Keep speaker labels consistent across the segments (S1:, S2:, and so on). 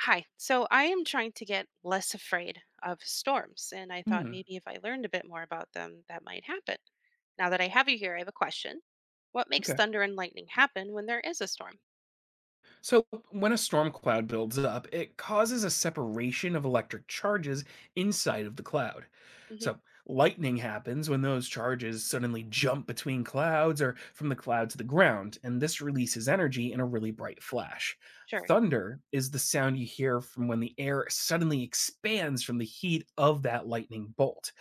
S1: Hi. So I am trying to get less afraid of storms, and I thought
S2: Hmm,
S1: maybe if I learned a bit more about them, that might happen. Now that I have you here, I have a question. What makes
S2: okay.
S1: thunder and lightning happen when there is a storm?
S2: So when a storm cloud builds up, it causes a separation of electric charges inside of the cloud.
S1: Hmm.
S2: So lightning happens when those charges suddenly jump between clouds or from the cloud to the ground, and this releases energy in a really bright flash.
S1: Sure.
S2: Thunder is the sound you hear from when the air suddenly expands from the heat of that lightning bolt.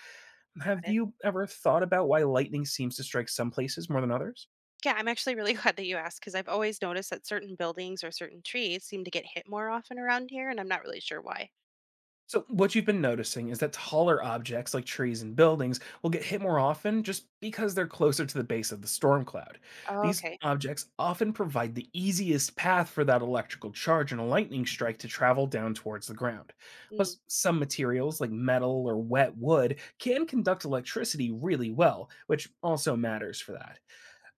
S1: Got
S2: Have
S1: it.
S2: you ever thought about why lightning seems to strike some places more than others?
S1: Yeah, I'm actually really glad that you asked because I've always noticed that certain buildings or certain trees seem to get hit more often around here, and I'm not really sure why.
S2: So, what you've been noticing is that taller objects like trees and buildings will get hit more often just because they're closer to the base of the storm cloud.
S1: Oh,
S2: These
S1: okay.
S2: objects often provide the easiest path for that electrical charge in a lightning strike to travel down towards the ground.
S1: Mm.
S2: Plus, some materials like metal or wet wood can conduct electricity really well, which also matters for that.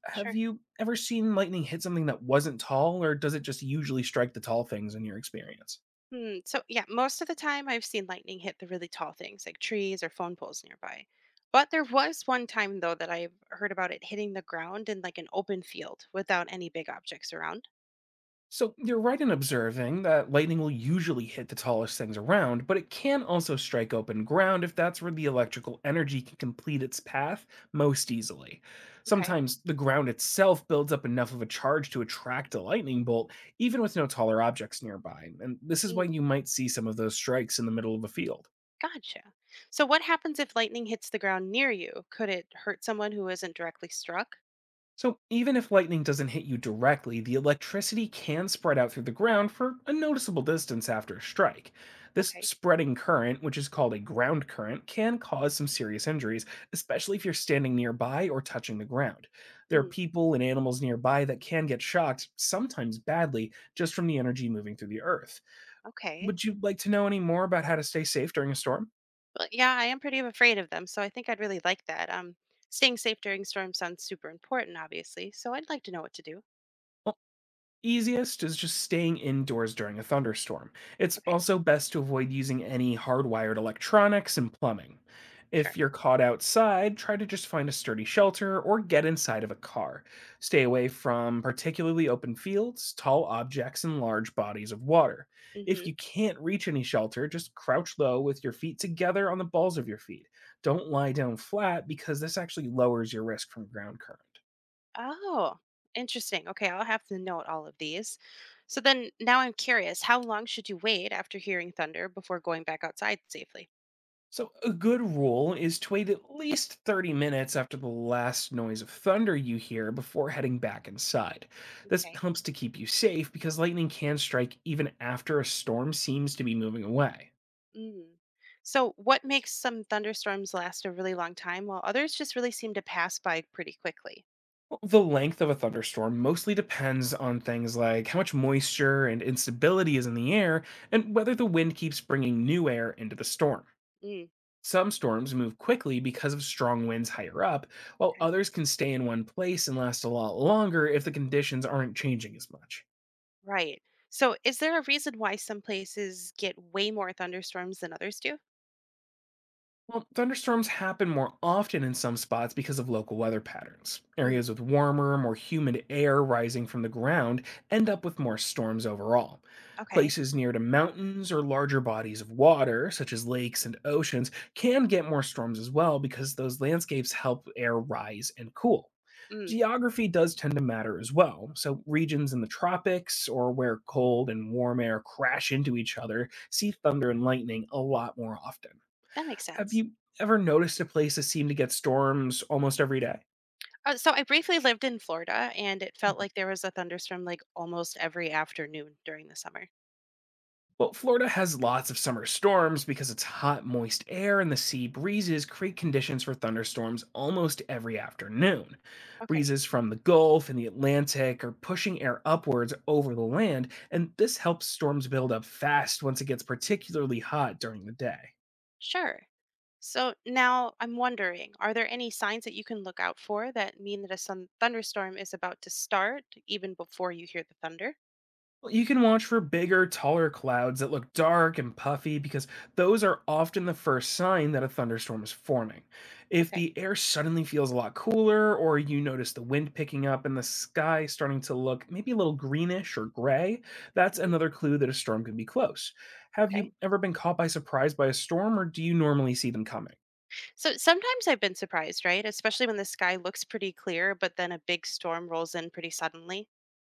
S2: Have
S1: Sure.
S2: you ever seen lightning hit something that wasn't tall, or does it just usually strike the tall things in your experience?
S1: Hmm. So yeah, most of the time I've seen lightning hit the really tall things like trees or phone poles nearby. But there was one time though that I've heard about it hitting the ground in like an open field without any big objects around.
S2: So you're right in observing that lightning will usually hit the tallest things around, but it can also strike open ground if that's where the electrical energy can complete its path most easily.
S1: Okay.
S2: Sometimes the ground itself builds up enough of a charge to attract a lightning bolt, even with no taller objects nearby, and this is why
S1: Mm.
S2: you might see some of those strikes in the middle of a field.
S1: Gotcha. So what happens if lightning hits the ground near you? Could it hurt someone who isn't directly struck?
S2: So, even if lightning doesn't hit you directly, the electricity can spread out through the ground for a noticeable distance after a strike. This
S1: Okay.
S2: spreading current, which is called a ground current, can cause some serious injuries, especially if you're standing nearby or touching the ground. There are
S1: Mm.
S2: people and animals nearby that can get shocked, sometimes badly, just from the energy moving through the earth.
S1: Okay.
S2: Would you like to know any more about how to stay safe during a storm?
S1: Well, yeah, I am pretty afraid of them, so I think I'd really like that. Staying safe during storms sounds super important, obviously. So I'd like to know what to do.
S2: Easiest is just staying indoors during a thunderstorm. It's
S1: Okay,
S2: also best to avoid using any hardwired electronics and plumbing. If
S1: sure.
S2: you're caught outside, try to just find a sturdy shelter or get inside of a car. Stay away from particularly open fields, tall objects, and large bodies of water. If
S1: Mm-hmm.
S2: you can't reach any shelter, just crouch low with your feet together on the balls of your feet. Don't lie down flat because this actually lowers your risk from ground current.
S1: Oh, interesting. Okay, I'll have to note all of these. So then, now I'm curious. How long should you wait after hearing thunder before going back outside safely?
S2: So, a good rule is to wait at least 30 minutes after the last noise of thunder you hear before heading back inside. This
S1: Okay.
S2: helps to keep you safe because lightning can strike even after a storm seems to be moving away.
S1: Mm. So, what makes some thunderstorms last a really long time while others just really seem to pass by pretty quickly?
S2: Well, the length of a thunderstorm mostly depends on things like how much moisture and instability is in the air and whether the wind keeps bringing new air into the storm.
S1: Mm,
S2: Some storms move quickly because of strong winds higher up, while
S1: okay.
S2: others can stay in one place and last a lot longer if the conditions aren't changing as much.
S1: Right. So, is there a reason why some places get way more thunderstorms than others do?
S2: Well, thunderstorms happen more often in some spots because of local weather patterns.
S1: Mm,
S2: Areas with warmer, more humid air rising from the ground end up with more storms overall.
S1: okay.
S2: Places near to mountains or larger bodies of water, such as lakes and oceans, can get more storms as well because those landscapes help air rise and cool.
S1: Mm,
S2: Geography does tend to matter as well. So, regions in the tropics or where cold and warm air crash into each other see thunder and lightning a lot more often.
S1: that makes
S2: Have
S1: sense.
S2: you ever noticed a place that seemed to get storms almost every day?
S1: So, I briefly lived in Florida, and it felt like there was a thunderstorm like almost every afternoon during the summer.
S2: Well, Florida has lots of summer storms because its hot, moist air and the sea breezes create conditions for thunderstorms almost every afternoon.
S1: Okay.
S2: Breezes from the Gulf and the Atlantic are pushing air upwards over the land, and this helps storms build up fast once it gets particularly hot during the day.
S1: Sure. So, now I'm wondering, are there any signs that you can look out for that mean that a thunderstorm is about to start even before you hear the thunder?
S2: Well, you can watch for bigger, taller clouds that look dark and puffy because those are often the first sign that a thunderstorm is forming. If
S1: Okay.
S2: the air suddenly feels a lot cooler, or you notice the wind picking up and the sky starting to look maybe a little greenish or gray, that's
S1: Hmm.
S2: another clue that a storm could be close. Have
S1: Okay.
S2: you ever been caught by surprise by a storm, or do you normally see them coming?
S1: So sometimes I've been surprised, right? Especially when the sky looks pretty clear, but then a big storm rolls in pretty suddenly.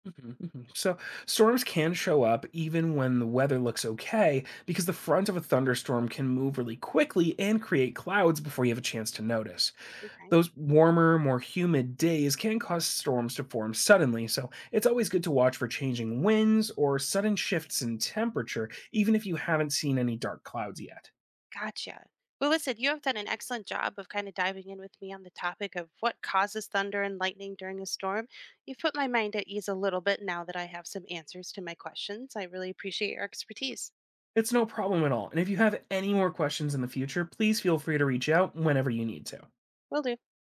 S2: Mhm, mhm. So storms can show up even when the weather looks okay because the front of a thunderstorm can move really quickly and create clouds before you have a chance to notice.
S1: Okay,
S2: Those warmer, more humid days can cause storms to form suddenly, so it's always good to watch for changing winds or sudden shifts in temperature, even if you haven't seen any dark clouds yet.
S1: gotcha. Well, listen, you have done an excellent job of kind of diving in with me on the topic of what causes thunder and lightning during a storm. You've put my mind at ease a little bit now that I have some answers to my questions. I really appreciate your expertise.
S2: It's no problem at all, and if you have any more questions in the future, please feel free to reach out whenever you need to.
S1: Will do.